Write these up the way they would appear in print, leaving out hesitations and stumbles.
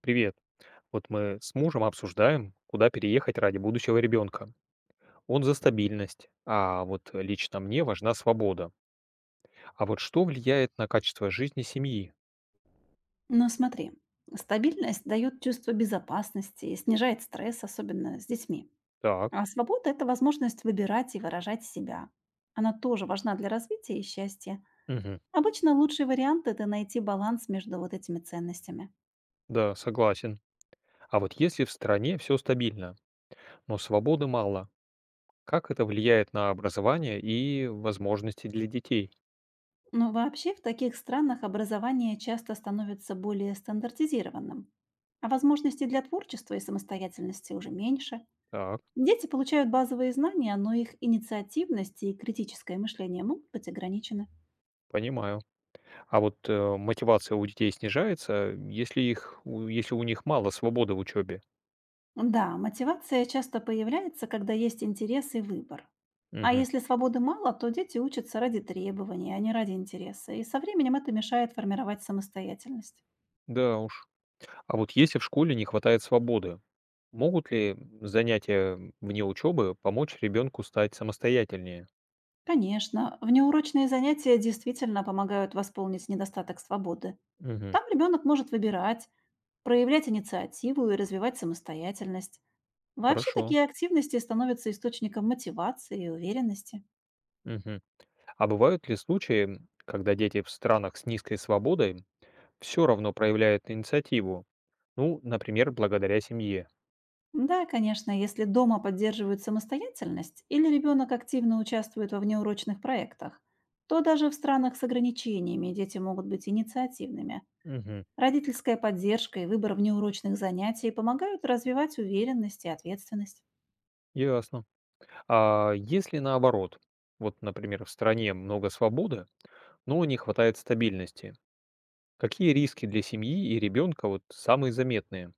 Привет. Вот мы с мужем обсуждаем, куда переехать ради будущего ребенка. Он за стабильность, а вот лично мне важна свобода. А вот что влияет на качество жизни семьи? Но смотри, стабильность дает чувство безопасности и снижает стресс, особенно с детьми. Так, А свобода– это возможность выбирать и выражать себя. Она тоже важна для развития и счастья. мгм, Обычно лучший вариант– это найти баланс между вот этими ценностями. да, согласен. А вот если в стране все стабильно, но свободы мало, как это влияет на образование и возможности для детей? Но вообще в таких странах образование часто становится более стандартизированным. А возможностей для творчества и самостоятельности уже меньше. Так, Дети получают базовые знания, но их инициативность и критическое мышление могут быть ограничены. понимаю. А вот мотивация у детей снижается, если у них мало свободы в учебе? Да, мотивация часто появляется, когда есть интерес и выбор. А Мгм. если свободы мало, то дети учатся ради требований, а не ради интереса, и со временем это мешает формировать самостоятельность. Да уж. А вот если в школе не хватает свободы, могут ли занятия вне учебы помочь ребенку стать самостоятельнее? Конечно, внеурочные занятия действительно помогают восполнить недостаток свободы. Мгм. Там ребенок может выбирать, проявлять инициативу и развивать самостоятельность. Вообще Хорошо. такие активности становятся источником мотивации и уверенности. Мгм. А бывают ли случаи, когда дети в странах с низкой свободой все равно проявляют инициативу? Ну, например, благодаря семье. Да, конечно, если дома поддерживают самостоятельность или ребенок активно участвует во внеурочных проектах, то даже в странах с ограничениями дети могут быть инициативными. Мгм. Родительская поддержка и выбор внеурочных занятий помогают развивать уверенность и ответственность. Ясно. А если наоборот, вот, например, в стране много свободы, но не хватает стабильности, какие риски для семьи и ребенка вот самые заметные?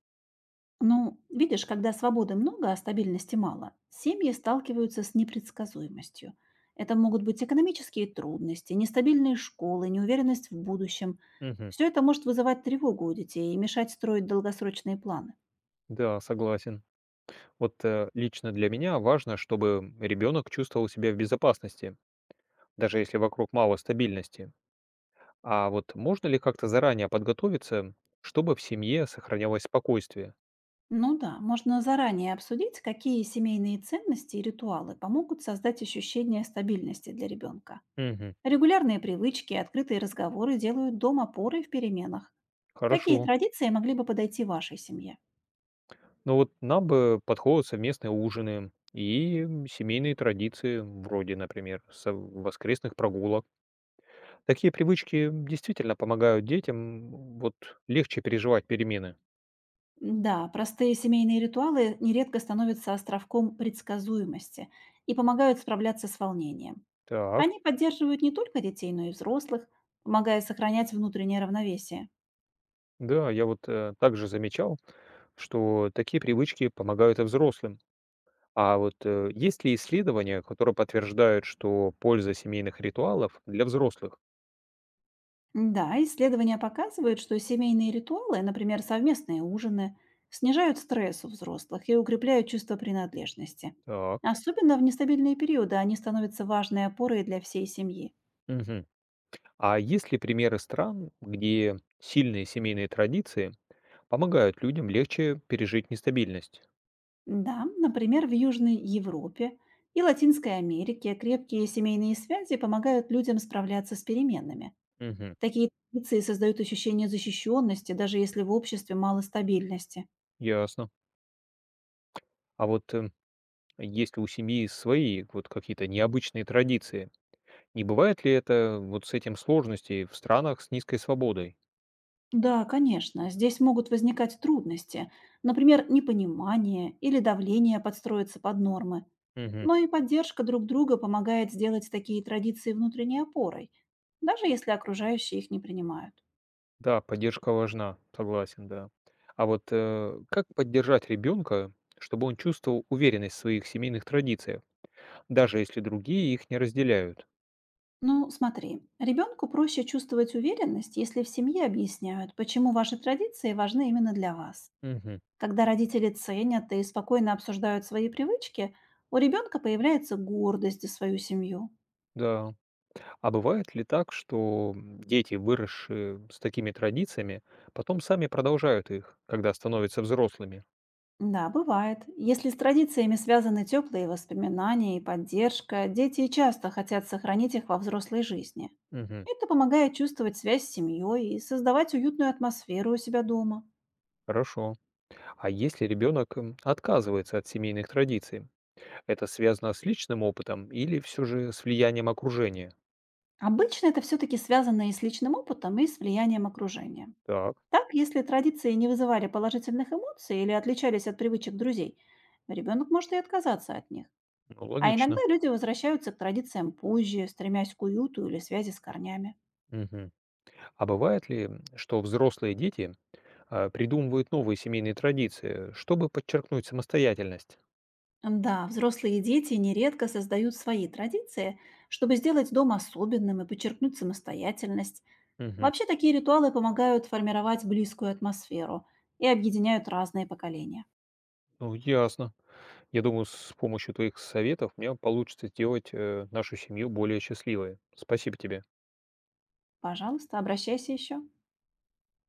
Ну, видишь, когда свободы много, а стабильности мало, семьи сталкиваются с непредсказуемостью. Это могут быть экономические трудности, нестабильные школы, неуверенность в будущем. Мгм. Все это может вызывать тревогу у детей и мешать строить долгосрочные планы. Да, согласен. Вот лично для меня важно, чтобы ребенок чувствовал себя в безопасности, даже если вокруг мало стабильности. А вот можно ли как-то заранее подготовиться, чтобы в семье сохранялось спокойствие? Ну да, можно заранее обсудить, какие семейные ценности и ритуалы помогут создать ощущение стабильности для ребенка. Мгм. Регулярные привычки и открытые разговоры делают дом опорой в переменах. Какие Хорошо. традиции могли бы подойти вашей семье? Ну вот нам бы подходят совместные ужины и семейные традиции, вроде, например, воскресных прогулок. Такие привычки действительно помогают детям вот легче переживать перемены. Да, простые семейные ритуалы нередко становятся островком предсказуемости и помогают справляться с волнением. Так. Они поддерживают не только детей, но и взрослых, помогая сохранять внутреннее равновесие. Да, я вот также замечал, что такие привычки помогают и взрослым. А вот есть ли исследования, которые подтверждают, что польза семейных ритуалов для взрослых? Да, исследования показывают, что семейные ритуалы, например, совместные ужины, снижают стресс у взрослых и укрепляют чувство принадлежности. Так. Особенно в нестабильные периоды они становятся важной опорой для всей семьи. Мгм. А есть ли примеры стран, где сильные семейные традиции помогают людям легче пережить нестабильность? Да, например, в Южной Европе и Латинской Америке крепкие семейные связи помогают людям справляться с переменами. Мгм. Такие традиции создают ощущение защищенности, даже если в обществе мало стабильности. Ясно. А вот если у семьи свои вот какие-то необычные традиции, не бывает ли это вот с этим сложностей в странах с низкой свободой? Да, конечно, здесь могут возникать трудности, например, непонимание или давление подстроиться под нормы. Мгм. Но и поддержка друг друга помогает сделать такие традиции внутренней опорой, даже если окружающие их не принимают. Да, поддержка важна, согласен, да. А вот как поддержать ребенка, чтобы он чувствовал уверенность в своих семейных традициях, даже если другие их не разделяют? Ну, смотри, ребенку проще чувствовать уверенность, если в семье объясняют, почему ваши традиции важны именно для вас. Мгм. Когда родители ценят и спокойно обсуждают свои привычки, у ребенка появляется гордость за свою семью. Да. А бывает ли так, что дети, выросшие с такими традициями, потом сами продолжают их, когда становятся взрослыми? Да, бывает. Если с традициями связаны теплые воспоминания и поддержка, дети часто хотят сохранить их во взрослой жизни. Мгм. Это помогает чувствовать связь с семьей и создавать уютную атмосферу у себя дома. Хорошо. А если ребенок отказывается от семейных традиций, это связано с личным опытом или все же с влиянием окружения? Обычно это все-таки связано и с личным опытом, и с влиянием окружения. Так, Так, если традиции не вызывали положительных эмоций или отличались от привычек друзей, ребенок может и отказаться от них. ну А иногда логично. люди возвращаются к традициям позже, стремясь к уюту или связи с корнями. Мгм. А бывает ли, что взрослые дети придумывают новые семейные традиции, чтобы подчеркнуть самостоятельность? Да, взрослые и дети нередко создают свои традиции, чтобы сделать дом особенным и подчеркнуть самостоятельность. Мгм. Вообще такие ритуалы помогают формировать близкую атмосферу и объединяют разные поколения. Ну, ясно. Я думаю, с помощью твоих советов мне получится сделать нашу семью более счастливой. Спасибо тебе. Пожалуйста, обращайся еще.